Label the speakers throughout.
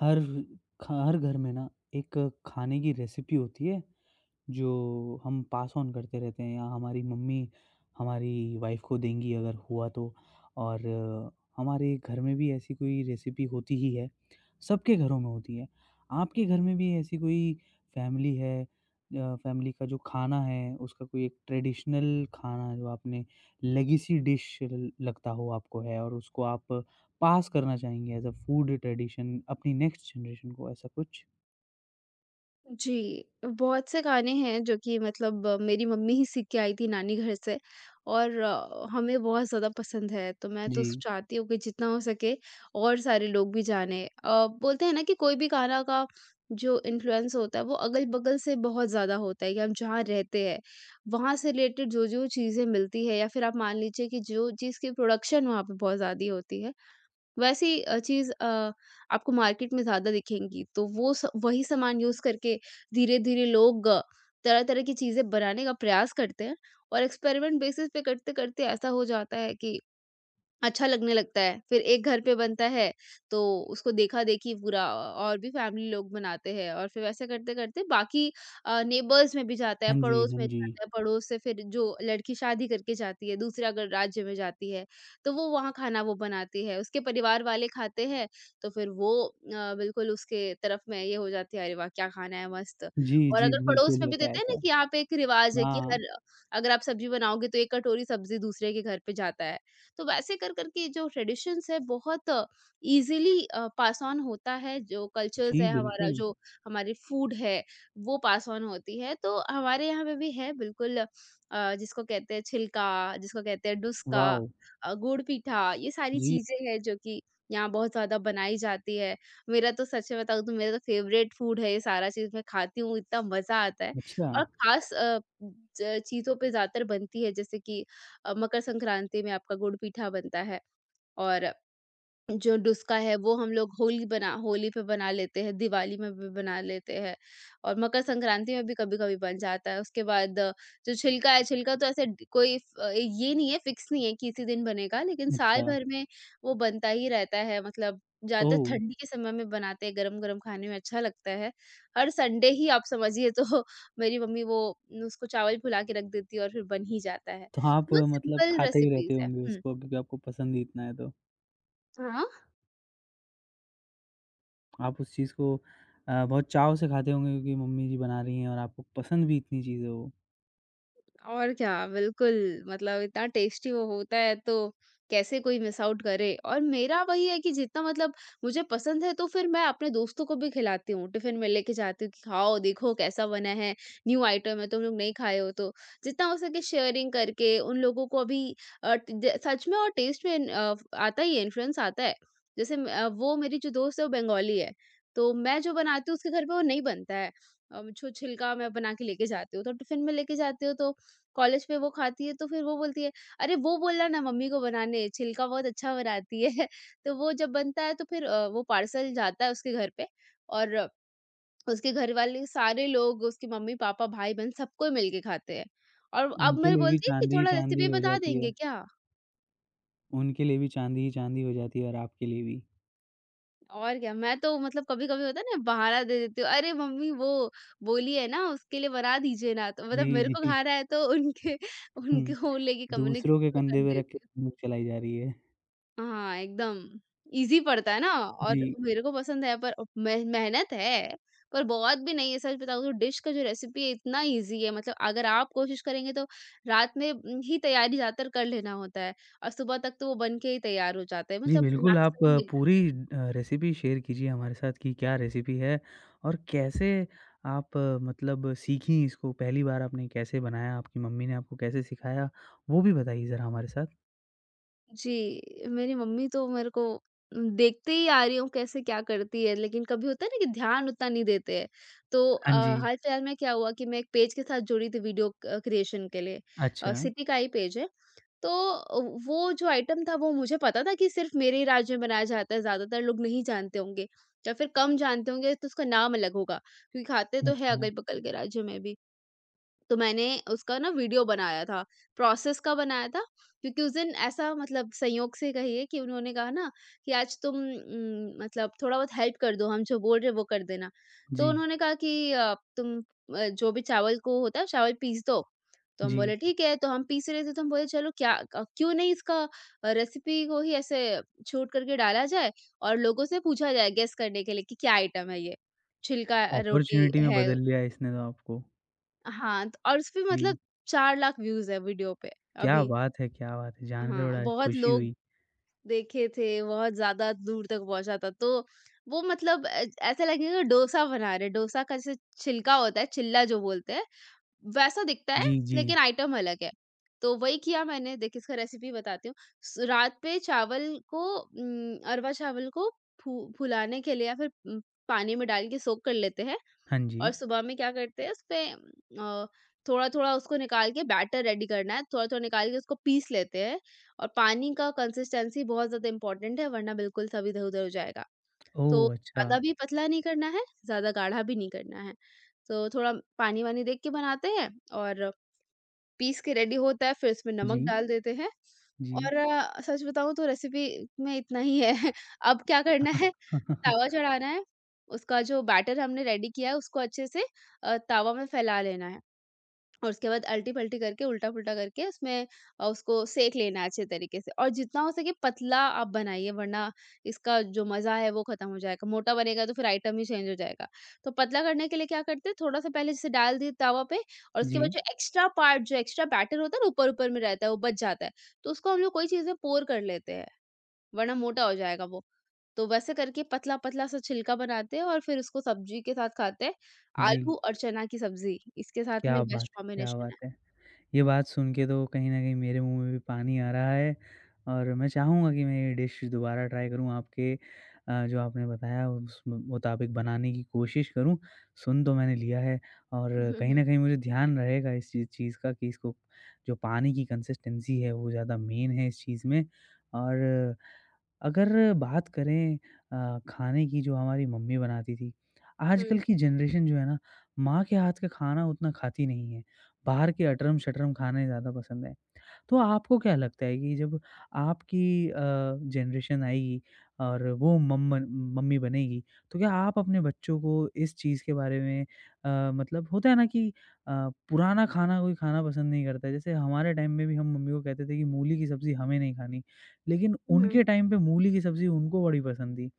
Speaker 1: हर हर घर में ना एक खाने की रेसिपी होती है जो हम पास ऑन करते रहते हैं या हमारी मम्मी हमारी वाइफ़ को देंगी अगर हुआ तो। और हमारे घर में भी ऐसी कोई रेसिपी होती ही है, सबके घरों में होती है। आपके घर में भी ऐसी कोई फ़ैमिली है फ़ैमिली का जो खाना है उसका कोई एक ट्रेडिशनल खाना जो आपने लेगेसी डिश ल लगता हो आपको है और उसको आप पास करना चाहेंगे एज़ अ फूड ट्रेडिशन अपनी नेक्स्ट जनरेशन को ऐसा कुछ?
Speaker 2: जी, बहुत से गाने हैं जो कि मतलब मेरी मम्मी ही सीख के आई थी नानी घर से और हमें बहुत ज़्यादा पसंद है। तो मैं तो स
Speaker 1: जी।
Speaker 2: चाहती हूँ कि जितना हो सके और सारे लोग भी जानें। बोलते हैं ना कि कोई भी गाना का जो इन्फ्लुएंस होता है वो अगल-बगल से बहुत ज़्यादा होता है कि हम जहाँ रहते हैं, वहाँ से रिलेटेड जो-जो चीज़ें मिलती है या फिर आप मान लीजिए कि जो चीज़ की प्रोडक्शन वहाँ पे बहुत ज़्यादा होती है, वैसी चीज़ आपको मार्केट में ज़्यादा दिखेंगी, तो वो स वही सामान यूज़ करके धीरे-धीरे लोग तरह-तरह की चीज़ें बनाने का प्रयास करते हैं और एक्सपेरिमेंट बेसिस पे करते-करते ऐसा हो जाता है कि अच्छा लगने लगता है। फिर एक घर पे बनता है, तो उसको देखा-देखी पूरा और भी फैमिली लोग बनाते हैं और फिर वैसे करते-करते बाकी नेबर्स में भी जाता है,
Speaker 1: हाँ जी,
Speaker 2: पड़ोस
Speaker 1: हाँ
Speaker 2: में
Speaker 1: जी।
Speaker 2: जाता है, पड़ोस से फिर जो लड़की शादी करके जाती है, दूसरे अगर राज्य में जाती है, तो वो वहाँ खाना वो बनाती है। उसके परिवार वाले खाते हैं, तो फिर वो बिल्कुल उसके तरफ में ये हो जाती है, "अरे वाह! क्या खाना है, मस्त।"
Speaker 1: जी,
Speaker 2: और
Speaker 1: जी,
Speaker 2: अगर पड़ोस
Speaker 1: बिल्कुल
Speaker 2: में भी
Speaker 1: होता है
Speaker 2: देते हैं ना
Speaker 1: ऐसा।
Speaker 2: कि यहाँ पे एक रिवाज़ है कि
Speaker 1: हाँ,
Speaker 2: हर अगर आप सब्ज़ी बनाओगे, तो 1 कटोरी सब्ज़ी दूसरे के घर पे जाता है। तो वैसे कर करके जो ट्रेडिशंस है बहुत इजीली पास ऑन होता है जो कल्चर्स
Speaker 1: जी,
Speaker 2: है हमारा
Speaker 1: बिल्कुल।
Speaker 2: जो हमारी फूड है वो पास ऑन होती है तो हमारे यहाँ पे भी है बिल्कुल जिसको कहते हैं छिलका, जिसको कहते हैं डुस्का,
Speaker 1: वॉव!
Speaker 2: गुड़ पीठा, ये सारी
Speaker 1: जी,
Speaker 2: चीजें हैं जो कि यहाँ बहुत ज्यादा बनाई जाती है। मेरा तो सच में बताऊँ तो मेरा तो फेवरेट फूड है, ये सारा चीज मैं खाती हूँ, इतना मजा आता है।
Speaker 1: अच्छा,
Speaker 2: और खास चीजों पे ज्यादातर बनती है जैसे कि मकर संक्रांति में आपका गुड़ पीठा बनता है। और जो डुस्का है वो हम लोग होली पे बना लेते हैं, दिवाली में भी बना लेते हैं और मकर संक्रांति में भी कभी कभी बन जाता है। उसके बाद जो छिलका है, छिलका तो ऐसे कोई ये नहीं है, फिक्स नहीं है कि इसी दिन बनेगा, लेकिन साल
Speaker 1: अच्छा।
Speaker 2: भर में वो बनता ही रहता है। मतलब ज्यादातर
Speaker 1: ओह!
Speaker 2: ठंडी के समय में बनाते हैं, गरम गरम खाने में अच्छा लगता है। हर संडे ही आप समझिए तो मेरी मम्मी वो न, उसको चावल फुला के रख देती है और फिर बन ही जाता है।
Speaker 1: तो आप
Speaker 2: तो बहुत
Speaker 1: मतलब
Speaker 2: सिंपल
Speaker 1: खाते ही रहते
Speaker 2: रेसिपीज है।
Speaker 1: होंगे
Speaker 2: हम्म,
Speaker 1: उसको क्योंकि आपको पसंद ही इतना है तो।
Speaker 2: हाँ,
Speaker 1: आप उस चीज़ को बहुत चाव से खाते होंगे क्योंकि मम्मी जी बना रही हैं और आपको पसंद भी इतनी चीज़ है वो।
Speaker 2: और क्या, बिल्कुल। मतलब इतना टेस्टी वो होता है तो कैसे कोई मिस आउट करे। और मेरा वही है कि जितना मतलब मुझे पसंद है, तो फिर मैं अपने दोस्तों को भी खिलाती हूँ, टिफ़िन में लेके जाती हूँ कि खाओ, देखो कैसा बना है, न्यू आइटम है, तुम लोग नहीं खाए हो तो। जितना हो सके शेयरिंग करके उन लोगों को भी अ, ट- ज सच में और टेस्ट में आता ही है, इन्फ्लुएंस आता है। जैसे वो मेरी जो दोस्त है वो बंगाली है, तो मैं जो बनाती हूँ उसके घर पे वो नहीं बनता है। जो छिलका मैं बना के लेके जाती हूँ, तो टिफ़िन में लेके जाती हूँ, तो कॉलेज में वो खाती है, तो फिर वो बोलती है, "अरे! वो बोलना ना मम्मी को बनाने, छिलका बहुत अच्छा बनाती है।" तो वो जब बनता है तो फिर वो पार्सल जाता है उसके घर पे और उसके घर वाले सारे लोग, उसकी मम्मी-पापा, भाई-बहन सब कोई मिल के खाते हैं। और अब
Speaker 1: उनके
Speaker 2: मैं
Speaker 1: लिए भी
Speaker 2: बोलती हूँ कि
Speaker 1: चाँदी ही
Speaker 2: थोड़ा
Speaker 1: चाँदी
Speaker 2: रेसिपी
Speaker 1: हो
Speaker 2: बता
Speaker 1: जाती
Speaker 2: देंगे
Speaker 1: है।
Speaker 2: क्या?
Speaker 1: उनके लिए भी चाँदी ही चाँदी हो जाती है और आपके लिए भी।
Speaker 2: और क्या, मैं तो मतलब कभी-कभी होता है ना, बहाना दे देती हूँ, "अरे! मम्मी वो बोली है ना, उसके लिए बना दीजिए ना।" तो मतलब
Speaker 1: जी,
Speaker 2: मेरे
Speaker 1: जी।
Speaker 2: को खाना है तो उनके
Speaker 1: हुँ,
Speaker 2: उनको लेके कम्युनिकेट
Speaker 1: दूसरों के
Speaker 2: में
Speaker 1: कंधे
Speaker 2: कर
Speaker 1: पे रख के
Speaker 2: देती हूँ।
Speaker 1: बंदूक चलाई जा रही है।
Speaker 2: हाँ, एकदम ईज़ी पड़ता है ना। और
Speaker 1: जी।
Speaker 2: मेरे को पसंद है, पर मे मेहनत है, पर बहुत भी नहीं है। सच बताऊँ तो डिश का जो रेसिपी है इतना ईज़ी है, मतलब अगर आप कोशिश करेंगे तो रात में ही तैयारी ज़्यादातर कर लेना होता है और सुबह तक तो वो बन के ही तैयार हो जाता है।
Speaker 1: जी,
Speaker 2: मतलब
Speaker 1: बिल्कुल आप
Speaker 2: मैक्सिमम 1
Speaker 1: पूरी
Speaker 2: घंटे।
Speaker 1: रेसिपी शेयर कीजिए हमारे साथ कि क्या रेसिपी है और कैसे आप मतलब सीखीं इसको? पहली बार आपने कैसे बनाया? आपकी मम्मी ने आपको कैसे सिखाया? वो भी बताइए ज़रा हमारे साथ।
Speaker 2: जी, मेरी मम्मी तो मेरे को देखते ही आ रही हूँ कैसे क्या करती है, लेकिन कभी होता है ना कि ध्यान उतना नहीं देते हैं। तो
Speaker 1: हाँ जी।
Speaker 2: हाल-फिलहाल में क्या हुआ कि मैं एक पेज के साथ जुड़ी थी, वीडियो क क्रिएशन के लिए।
Speaker 1: अच्छा,
Speaker 2: सिटी का ही पेज है। तो वो जो आइटम था वो मुझे पता था कि सिर्फ़ मेरे ही राज्य में बनाया जाता है, ज़्यादातर लोग नहीं जानते होंगे या फिर कम जानते होंगे, तो उसका नाम अलग होगा, क्योंकि खाते तो हैं
Speaker 1: अच्छा।
Speaker 2: अगल-बगल के राज्य में भी। तो मैंने उसका ना वीडियो बनाया था, प्रोसेस का बनाया था, क्योंकि उस दिन ऐसा मतलब संयोग से कहिए कि उन्होंने कहा ना कि आज तुम मतलब थोड़ा बहुत हेल्प कर दो, हम जो बोल रहे हैं वो कर देना। तो
Speaker 1: जी,
Speaker 2: उन्होंने कहा कि तुम जो भी चावल को होता है, चावल पीस दो। तो हम
Speaker 1: जी।
Speaker 2: बोले ठीक है, तो हम पीस रहे थे, तो हम बोले चलो क्या क क्यों नहीं इसका रेसिपी को ही ऐसे छूट करके डाला जाए और लोगों से पूछा जाए गेस करने के लिए कि क्या आइटम है ये? छिलका रोटी
Speaker 1: अपॉर्च्युनिटी में
Speaker 2: है।
Speaker 1: बदल लिया इसने तो आपको।
Speaker 2: हाँ, त और उसपे
Speaker 1: जी,
Speaker 2: मतलब 4 लाख व्यूज़ है वीडियो पे
Speaker 1: क्या
Speaker 2: अभी।
Speaker 1: बात है, क्या बात है! जानकर
Speaker 2: हाँ,
Speaker 1: बड़ा
Speaker 2: बहुत
Speaker 1: खुशी
Speaker 2: लोग
Speaker 1: हुई।
Speaker 2: देखे थे, बहुत ज़्यादा दूर तक पहुँचा था। तो वो मतलब ऐसा लगेगा डोसा बना रहे हैं, डोसा का जैसे छिलका होता है, चिल्ला जो बोलते हैं, वैसा दिखता है,
Speaker 1: जी, जी।
Speaker 2: लेकिन आइटम अलग है। तो वही किया मैंने, देखिए इसका रेसिपी बताती हूँ। स रात पे चावल को अरवा चावल को फू फुलाने के लिए या फिर पानी में डाल के सोक कर लेते हैं।
Speaker 1: हाँ
Speaker 2: और
Speaker 1: जी।
Speaker 2: सुबह में क्या करते हैं, उसमें अ, थोड़ा-थोड़ा उसको निकाल के बैटर रेडी करना है, थोड़ा-थोड़ा निकाल के उसको पीस लेते हैं और पानी का कंसिस्टेंसी बहुत ज़्यादा इम्पोर्टेंट है, वरना बिल्कुल सब इधर-उधर हो जाएगा। तो
Speaker 1: ओह! अच्छा।
Speaker 2: ज़्यादा भी पतला नहीं करना है, ज़्यादा गाढ़ा भी नहीं करना है। तो थोड़ा पानी-वानी देख के बनाते हैं और पीस के रेडी होता है, फिर उसमें नमक
Speaker 1: जी,
Speaker 2: डाल देते हैं।
Speaker 1: जी।
Speaker 2: और सच बताऊँ तो रेसिपी में इतना ही है। अब क्या करना है, तवा चढ़ाना है, उसका जो बैटर हमने रेडी किया है उसको अच्छे से तवा में फैला लेना है। और उसके बाद अल्टी-पल्टी करके, उल्टा-पुल्टा करके उसमें उसको सेंक लेना है अच्छे तरीके से और जितना हो सके पतला आप बनाइए, वरना इसका जो मज़ा है वो ख़त्म हो जाएगा। मोटा बनेगा तो फिर आइटम ही चेंज हो जाएगा। तो पतला करने के लिए क्या करते हैं, थोड़ा-सा पहले जैसे डाल दिए तवा पे और उसके बाद
Speaker 1: जी,
Speaker 2: जो एक्स्ट्रा पार्ट, जो एक्स्ट्रा बैटर होता है ना ऊपर-ऊपर में रहता है, वो बच जाता है। तो उसको हम लोग कोई चीज़ में पोर कर लेते हैं, वरना मोटा हो जाएगा वो। तो वैसे करके पतला-पतला सा छिलका बनाते हैं और फिर उसको सब्जी के साथ खाते हैं।
Speaker 1: जी।
Speaker 2: आलू और चना की सब्जी इसके साथ में
Speaker 1: क्या बात
Speaker 2: बेस्ट
Speaker 1: है, क्या
Speaker 2: कॉम्बिनेशन
Speaker 1: बात
Speaker 2: है।
Speaker 1: है! ये बात सुन के तो कहीं न कहीं मेरे मुँह में भी पानी आ रहा है और मैं चाहूँगा कि मैं ये डिश दोबारा ट्राई करूँ आपके जो आपने बताया उस मुताबिक बनाने की कोशिश करूँ। सुन तो मैंने लिया है और
Speaker 2: हुँ,
Speaker 1: कहीं
Speaker 2: हुँ,
Speaker 1: न कहीं मुझे ध्यान रहेगा इस चीज़ चीज़ का कि इसको जो पानी की कंसिस्टेंसी है वो ज़्यादा मेन है इस चीज़ में। और अगर बात करें खाने की जो हमारी मम्मी बनाती थी, आजकल
Speaker 2: हुँ,
Speaker 1: की जनरेशन जो है ना, माँ के हाथ का खाना उतना खाती नहीं है। बाहर के अटरम-शटरम खाने ज़्यादा पसंद है। तो आपको क्या लगता है कि जब आपकी अ, जनरेशन आएगी और वो मम्मन मम्मी बनेगी, तो क्या आप अपने बच्चों को इस चीज़ के बारे में मतलब होता है ना कि अ, पुराना खाना कोई खाना पसंद नहीं करता है। जैसे हमारे टाइम में भी हम मम्मी को कहते थे कि मूली की सब्ज़ी हमें नहीं खानी, लेकिन
Speaker 2: हुँ,
Speaker 1: उनके टाइम पे मूली की सब्ज़ी उनको बड़ी पसंद थी।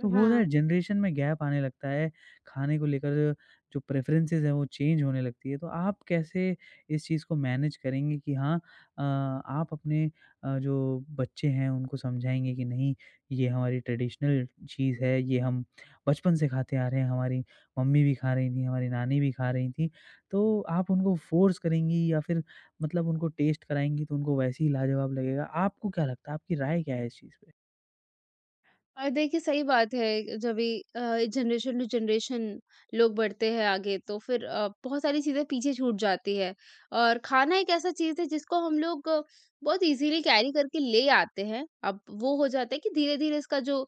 Speaker 1: तो होता है
Speaker 2: हाँ।
Speaker 1: जनरेशन में गैप आने लगता है, खाने को लेकर जो प्रेफ़रेंसेस हैं वो चेंज होने लगती है। तो आप कैसे इस चीज़ को मैनेज करेंगे कि हाँ आप अपने जो बच्चे हैं उनको समझाएँगे कि नहीं ये हमारी ट्रेडिशनल चीज़ है, ये हम बचपन से खाते आ रहे हैं, हमारी मम्मी भी खा रही थी, हमारी नानी भी खा रही थी। तो आप उनको फ़ोर्स करेंगी या फिर मतलब उनको टेस्ट कराएँगी तो उनको वैसे ही लाजवाब लगेगा? आपको क्या लगता है, आपकी राय क्या है इस चीज़ पे?
Speaker 2: और देखिए सही बात है, जब ये जनरेशन टू जनरेशन लोग बढ़ते हैं आगे तो फिर बहुत सारी चीजें पीछे छूट जाती है और खाना एक ऐसा चीज है जिसको हम लोग बहुत इजीली कैरी करके ले आते हैं। अब वो हो जाता है कि धीरे धीरे इसका जो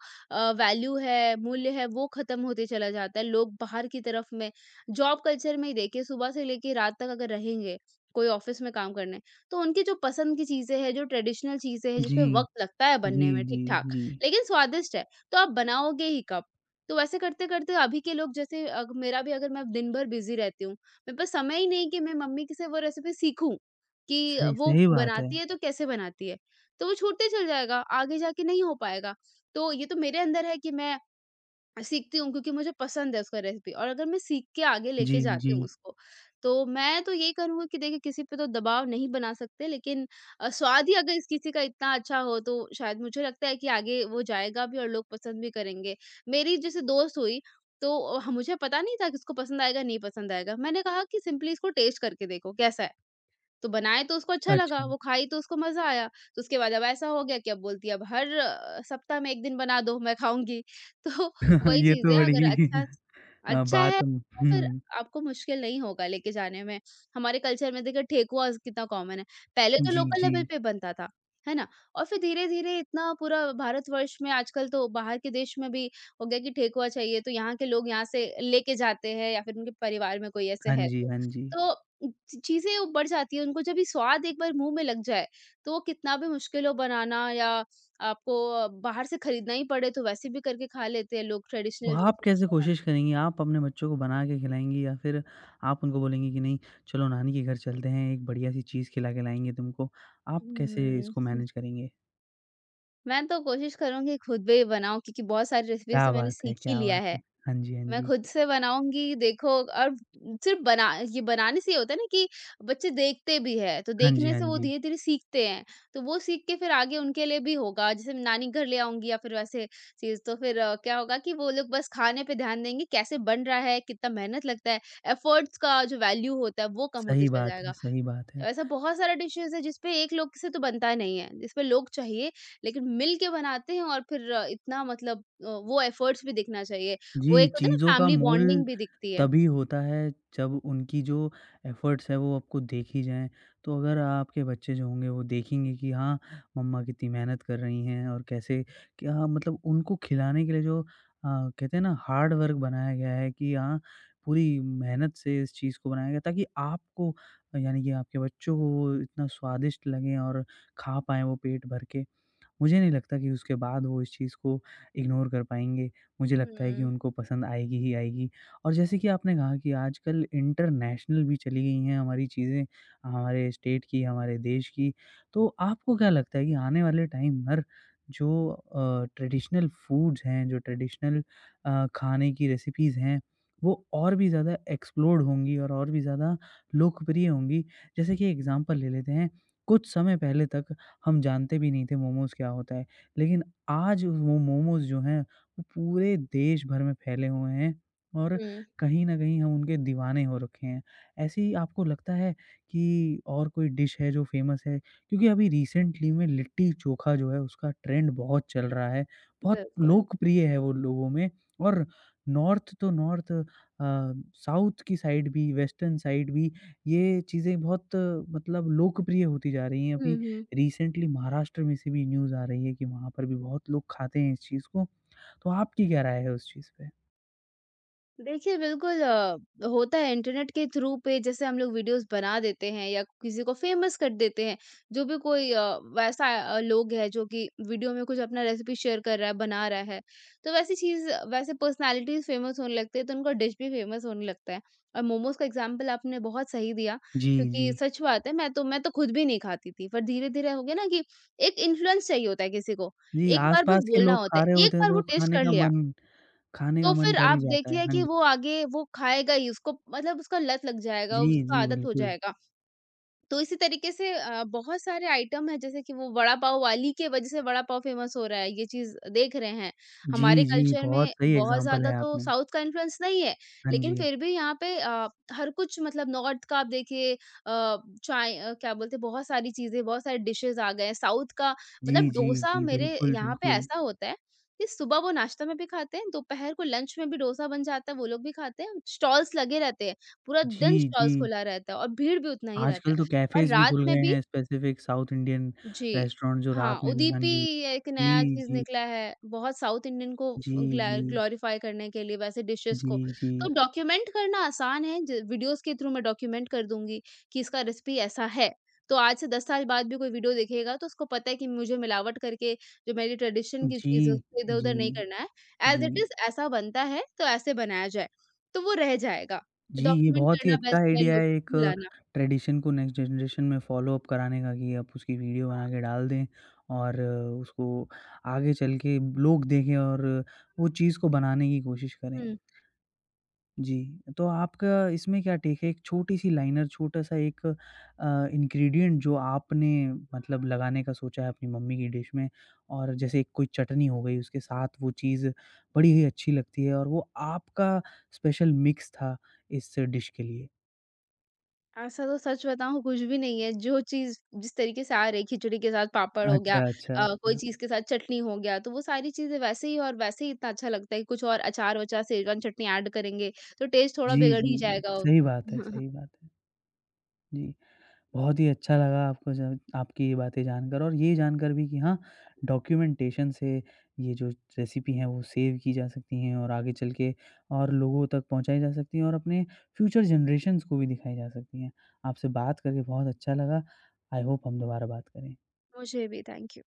Speaker 2: वैल्यू है, मूल्य है, वो खत्म होते चला जाता है। लोग बाहर की तरफ में जॉब कल्चर में ही देखिए, सुबह से लेके रात तक अगर रहेंगे कोई ऑफिस में काम करने, तो उनकी जो पसंद की चीजें हैं, जो ट्रेडिशनल चीजें हैं
Speaker 1: जी।
Speaker 2: जिसपे वक्त लगता है
Speaker 1: जी,
Speaker 2: बनने में ठीक
Speaker 1: जी,
Speaker 2: ठाक,
Speaker 1: जी।
Speaker 2: लेकिन स्वादिष्ट है, तो आप बनाओगे ही कब? तो वैसे करते-करते अभी के लोग जैसे अग मेरा भी, अगर मैं दिन भर बिज़ी रहती हूँ, मेरे पास समय ही नहीं कि मैं मम्मी की से वो रेसिपी सीखूँ, कि
Speaker 1: सही
Speaker 2: वो
Speaker 1: सही बात है।
Speaker 2: बनाती है तो कैसे बनाती है? तो वो छूटते चल जाएगा, आगे जाके नहीं हो पाएगा। तो ये तो मेरे अंदर है कि मैं सीखती हूँ क्योंकि मुझे पसंद है उसका रेसिपी और अगर मैं सीख के आगे
Speaker 1: जी,
Speaker 2: लेके
Speaker 1: जी।
Speaker 2: जाती हूँ उसको, तो मैं तो यही करूँगी कि देखिए किसी पे तो दबाव नहीं बना सकते लेकिन स्वाद ही अगर इस किसी का इतना अच्छा हो तो शायद मुझे लगता है कि आगे वो जाएगा भी और लोग पसंद भी करेंगे। मेरी जैसे दोस्त हुई तो ह मुझे पता नहीं था कि इसको पसंद आएगा, नहीं पसंद आएगा। मैंने कहा कि सिंपली इसको टेस्ट करके देखो कैसा है। तो बनाए तो उसको अच्छा लगा,
Speaker 1: अच्छा।
Speaker 2: वो खाई तो उसको मज़ा आया। तो उसके बाद अब ऐसा हो गया कि अब बोलती है अब हर सप्ताह में 1 दिन बना दो, मैं खाऊँगी। तो वही
Speaker 1: ये
Speaker 2: चीज़
Speaker 1: तो
Speaker 2: है अगर
Speaker 1: बड़ी
Speaker 2: अच्छा अच्छा
Speaker 1: बात
Speaker 2: है तो फिर
Speaker 1: हुँ।
Speaker 2: आपको मुश्किल नहीं होगा लेके जाने में। हमारे कल्चर में देखिए ठेकुआ कितना कॉमन है। पहले तो
Speaker 1: जी,
Speaker 2: लोकल
Speaker 1: जी।
Speaker 2: लेवल पे बनता था, है ना? और फिर धीरे-धीरे इतना पूरा भारतवर्ष में आजकल तो बाहर के देश में भी हो गया कि ठेकुआ चाहिए तो यहाँ के लोग यहाँ से लेके जाते हैं या फिर उनके परिवार में कोई ऐसे
Speaker 1: हाँ
Speaker 2: है
Speaker 1: जी,
Speaker 2: तो।
Speaker 1: हाँ जी।
Speaker 2: तो उ, चीज़ें उबड़ जाती हैं, उनको जब ये स्वाद एक बार मुँह में लग जाए, तो वो कितना भी मुश्किल हो बनाना या आपको बाहर से खरीदना ही पड़े, तो वैसे भी करके खा लेते हैं लोग
Speaker 1: तो
Speaker 2: ट्रेडिशनल जो
Speaker 1: आप कैसे
Speaker 2: चीज़ें हैं।
Speaker 1: कोशिश करेंगी? आप अपने बच्चों को बना के खिलाएँगी या फिर आप उनको बोलेंगी कि नहीं चलो नानी के घर चलते हैं, एक बढ़िया-सी चीज़ खिला के लाएँगे तुमको? आप
Speaker 2: हुँ,
Speaker 1: कैसे
Speaker 2: हुँ,
Speaker 1: इसको
Speaker 2: हुँ।
Speaker 1: मैनेज करेंगे?
Speaker 2: मैं तो कोशिश करूँगी खुद भी बनाऊँ क्योंकि बहुत सारी रेसिपीज़
Speaker 1: क्या
Speaker 2: तो मैंने
Speaker 1: बात है!
Speaker 2: सीख ही
Speaker 1: क्या
Speaker 2: लिया
Speaker 1: बात
Speaker 2: है।
Speaker 1: है! हाँ जी, हाँ
Speaker 2: मैं
Speaker 1: जी।
Speaker 2: खुद से बनाऊँगी, देखो और सिर्फ़ बना ये बनाने से ये होता है ना कि बच्चे देखते भी हैं, तो
Speaker 1: हाँ जी,
Speaker 2: देखने
Speaker 1: हाँ
Speaker 2: से वो
Speaker 1: जी।
Speaker 2: धीरे-धीरे सीखते हैं, तो वो सीख के फिर आगे उनके लिए भी होगा। जैसे मैं नानी घर ले आऊँगी या फिर वैसे चीज़, तो फिर क्या होगा कि वो लोग बस खाने पे ध्यान देंगे, कैसे बन रहा है, कितना मेहनत लगता है, एफ़र्ट्स का जो वैल्यू होता है, वो कम होते
Speaker 1: सही
Speaker 2: चला
Speaker 1: बात है,
Speaker 2: जाएगा।
Speaker 1: सही बात है।
Speaker 2: तो ऐसा बहुत सारा डिशेज़ है जिसपे एक लोग से तो बनता नहीं है, जिसपे लोग चाहिए लेकिन मिल के बनाते हैं और फिर इतना मतलब वो एफ़र्ट्स भी दिखना चाहिए। वो
Speaker 1: जी,
Speaker 2: एक होता है
Speaker 1: चीज़ों
Speaker 2: ना
Speaker 1: का
Speaker 2: फैमिली
Speaker 1: मोल
Speaker 2: बॉन्डिंग भी दिखती है।
Speaker 1: तभी होता है जब उनकी जो एफ़र्ट्स है वो आपको देखी जाएँ। तो अगर आपके बच्चे जो होंगे वो देखेंगे कि हाँ, मम्मा कितनी मेहनत कर रही हैं और कैसे क्या हाँ, मतलब उनको खिलाने के लिए जो कहते हैं ना हार्ड वर्क बनाया गया है कि हाँ, पूरी मेहनत से इस चीज़ को बनाया गया ताकि आपको यानी कि आपके बच्चों को वो इतना स्वादिष्ट लगे और खा पाएँ वो पेट भर के। मुझे नहीं लगता कि उसके बाद वो इस चीज़ को इग्नोर कर पाएँगे। मुझे लगता है कि
Speaker 2: हुँ।
Speaker 1: उनको पसंद आएगी ही आएगी और जैसे कि आपने कहा कि आजकल इंटरनेशनल भी चली गई हैं हमारी चीज़ें, हमारे स्टेट की, हमारे देश की। तो आपको क्या लगता है कि आने वाले टाइम पर जो ट्रेडिशनल फूड्स हैं, जो ट्रेडिशनल खाने की रेसिपीज़ हैं, वो और भी ज़्यादा एक्सप्लोर्ड होंगी और भी ज़्यादा लोकप्रिय होंगी? जैसे कि एग्ज़ाम्पल ले लेते हैं, कुछ समय पहले तक हम जानते भी नहीं थे मोमोज़ क्या होता है। लेकिन आज वो मोमोज़ जो हैं, वो पूरे देश भर में फैले हुए हैं और
Speaker 2: हुँ।
Speaker 1: कहीं न कहीं हम उनके दीवाने हो रखे हैं। ऐसे ही आपको लगता है कि और कोई डिश है जो फ़ेमस है? क्योंकि अभी रिसेंटली में लिट्टी-चोखा जो है उसका ट्रेंड बहुत चल रहा है। बहुत
Speaker 2: बिल्कुल।
Speaker 1: लोकप्रिय है वो लोगों में और नॉर्थ तो नॉर्थ साउथ की साइड भी, वेस्टर्न साइड भी ये चीज़ें बहुत मतलब लोकप्रिय होती जा रही हैं।
Speaker 2: हुँ,
Speaker 1: अभी
Speaker 2: हुँ।
Speaker 1: रिसेंटली महाराष्ट्र में से भी न्यूज़ आ रही है कि वहाँ पर भी बहुत लोग खाते हैं इस चीज़ को। तो आपकी क्या राय है उस चीज़ पे?
Speaker 2: देखिए, बिल्कुल होता है इंटरनेट के थ्रू पे जैसे हम लोग वीडियोज़ बना देते हैं या किसी को फ़ेमस कर देते हैं। जो भी कोई वैसा लोग है जो कि वीडियो में कुछ अपना रेसिपी शेयर कर रहा है, बना रहा है। तो वैसी चीज़ वैसे पर्सनैलिटीज़ फ़ेमस होने लगते हैं तो उनका डिश भी फ़ेमस होने लगता है। और मोमोज़ का एग्ज़ाम्पल आपने बहुत सही दिया
Speaker 1: जी, जी।
Speaker 2: क्योंकि सच बात है मैं तो खुद भी नहीं खाती थी। पर धीरे-धीरे हो गया ना कि एक इन्फ्लुएंस चाहिए होता है किसी को।
Speaker 1: जी,
Speaker 2: एक बार बस
Speaker 1: आस-पास के
Speaker 2: बोलना
Speaker 1: लोग
Speaker 2: होता
Speaker 1: खा रहे
Speaker 2: है, एक
Speaker 1: होते हैं
Speaker 2: बार
Speaker 1: तो
Speaker 2: वो टेस्ट कर लिया
Speaker 1: खाने का
Speaker 2: तो
Speaker 1: मन
Speaker 2: फिर
Speaker 1: कर ही
Speaker 2: आप
Speaker 1: जाता है।
Speaker 2: देखिए
Speaker 1: हाँ
Speaker 2: कि
Speaker 1: जी।
Speaker 2: वो आगे वो खाएगा ही उसको मतलब उसका लत लग जाएगा,
Speaker 1: जी,
Speaker 2: उसका
Speaker 1: जी,
Speaker 2: आदत हो
Speaker 1: बिल्कुल।
Speaker 2: जाएगा। तो इसी तरीके से बहुत सारे आइटम हैं जैसे कि वो वड़ा पाव वाली के वजह से वड़ा पाव फ़ेमस हो रहा है, ये चीज़ देख रहे हैं।
Speaker 1: जी,
Speaker 2: हमारे
Speaker 1: जी,
Speaker 2: कल्चर
Speaker 1: बहुत
Speaker 2: में
Speaker 1: सही
Speaker 2: बहुत
Speaker 1: एग्ज़ाम्पल
Speaker 2: ज़्यादा
Speaker 1: है
Speaker 2: तो
Speaker 1: आपने।
Speaker 2: साउथ का इन्फ्लुएंस नहीं है,
Speaker 1: हाँ
Speaker 2: लेकिन
Speaker 1: जी।
Speaker 2: फिर भी यहाँ पे हर कुछ मतलब नॉर्थ का आप देखिए चाय क्या बोलते हैं बहुत सारी चीज़ें, बहुत सारे डिशेज़ आ गए हैं। साउथ का
Speaker 1: जी,
Speaker 2: मतलब
Speaker 1: जी,
Speaker 2: डोसा
Speaker 1: जी,
Speaker 2: मेरे
Speaker 1: बिल्कुल,
Speaker 2: यहाँ पे
Speaker 1: बिल्कुल।
Speaker 2: ऐसा होता है कि सुबह वो नाश्ता में भी खाते हैं, दोपहर को लंच में भी डोसा बन जाता है, वो लोग भी खाते हैं। स्टॉल्स लगे रहते हैं, पूरा
Speaker 1: जी,
Speaker 2: दिन स्टॉल्स
Speaker 1: जी।
Speaker 2: खुला रहता है और भीड़ भी उतना ही रहता
Speaker 1: आजकल तो
Speaker 2: है। और
Speaker 1: कैफ़ेज़ भी
Speaker 2: रात
Speaker 1: खुल
Speaker 2: में
Speaker 1: गए
Speaker 2: भी।
Speaker 1: हैं स्पेसिफ़िक साउथ इंडियन
Speaker 2: जी।
Speaker 1: रेस्टोरेंट जो
Speaker 2: हाँ,
Speaker 1: रात में भी हाँ
Speaker 2: उदीपी
Speaker 1: जी।
Speaker 2: एक नया
Speaker 1: जी,
Speaker 2: चीज़
Speaker 1: जी।
Speaker 2: निकला है, बहुत साउथ इंडियन को
Speaker 1: जी,
Speaker 2: फ ग्लै
Speaker 1: जी।
Speaker 2: ग्लोरीफाई करने के लिए वैसे डिशेज़ को।
Speaker 1: जी, जी।
Speaker 2: तो डॉक्यूमेंट करना आसान है ज वीडियोज़ के थ्रू मैं डॉक्यूमेंट कर दूँगी कि इसका रेसिपी ऐसा है। तो आज से 10 साल बाद भी कोई वीडियो देखेगा तो उसको पता है कि मुझे मिलावट करके जो मेरी ट्रेडिशन की
Speaker 1: जी,
Speaker 2: चीज़ है उसको
Speaker 1: जी,
Speaker 2: इधर-उधर नहीं हुँ। करना है। As
Speaker 1: ji.
Speaker 2: इट इज़ ऐसा बनता है तो ऐसे बनाया जाए, तो वो रह जाएगा।
Speaker 1: जी, ये
Speaker 2: डॉक्यूमेंट
Speaker 1: बहुत ही
Speaker 2: करना
Speaker 1: अच्छा
Speaker 2: बेस्ट है
Speaker 1: आइडिया
Speaker 2: लोगों
Speaker 1: है एक
Speaker 2: को खिलाना।
Speaker 1: ट्रेडिशन को नेक्स्ट जनरेशन में फ़ॉलो-अप कराने का कि आप उसकी वीडियो बना
Speaker 2: हाँ।
Speaker 1: के डाल दें और उसको आगे चल के लोग देखें और वो चीज़ को बनाने की कोशिश करें।
Speaker 2: हुँ।
Speaker 1: जी, तो आपका इसमें क्या टेक है? एक छोटी-सी लाइनर, छोटा-सा एक इंग्रीडिएंट जो आपने मतलब लगाने का सोचा है अपनी मम्मी की डिश में और जैसे एक कोई चटनी हो गई, उसके साथ वो चीज़ बड़ी ही अच्छी लगती है और वो आपका स्पेशल मिक्स था इस डिश के लिए।
Speaker 2: ऐसा तो सच बताऊँ कुछ भी नहीं है, जो चीज़ जिस तरीके से आ रही खिचड़ी के साथ पापड़ हो गया
Speaker 1: अच्छा, अच्छा,
Speaker 2: हुँ। कोई
Speaker 1: अच्छा।
Speaker 2: चीज़ के साथ चटनी हो गया, तो वो सारी चीज़ें वैसे ही और वैसे ही इतना अच्छा लगता है, कि कुछ और अचार-वचार, शेज़वान चटनी ऐड करेंगे, तो टेस्ट थोड़ा
Speaker 1: जी,
Speaker 2: बिगड़
Speaker 1: जी,
Speaker 2: ही
Speaker 1: जी।
Speaker 2: जाएगा।
Speaker 1: सही बात है, सही बात है। जी। बहुत ही अच्छा लगा आपको जब आपकी ये बातें जानकर और ये जानकर भी कि हाँ, डॉक्यूमेंटेशन से ये जो रेसिपी हैं वो सेव की जा सकती हैं और आगे चल के और लोगों तक पहुँचाई जा सकती हैं और अपने फ्यूचर जनरेशंस को भी दिखाई जा सकती हैं। आपसे बात करके बहुत अच्छा लगा। आई होप हम दोबारा बात करें।
Speaker 2: मुझे भी, थैंक यू।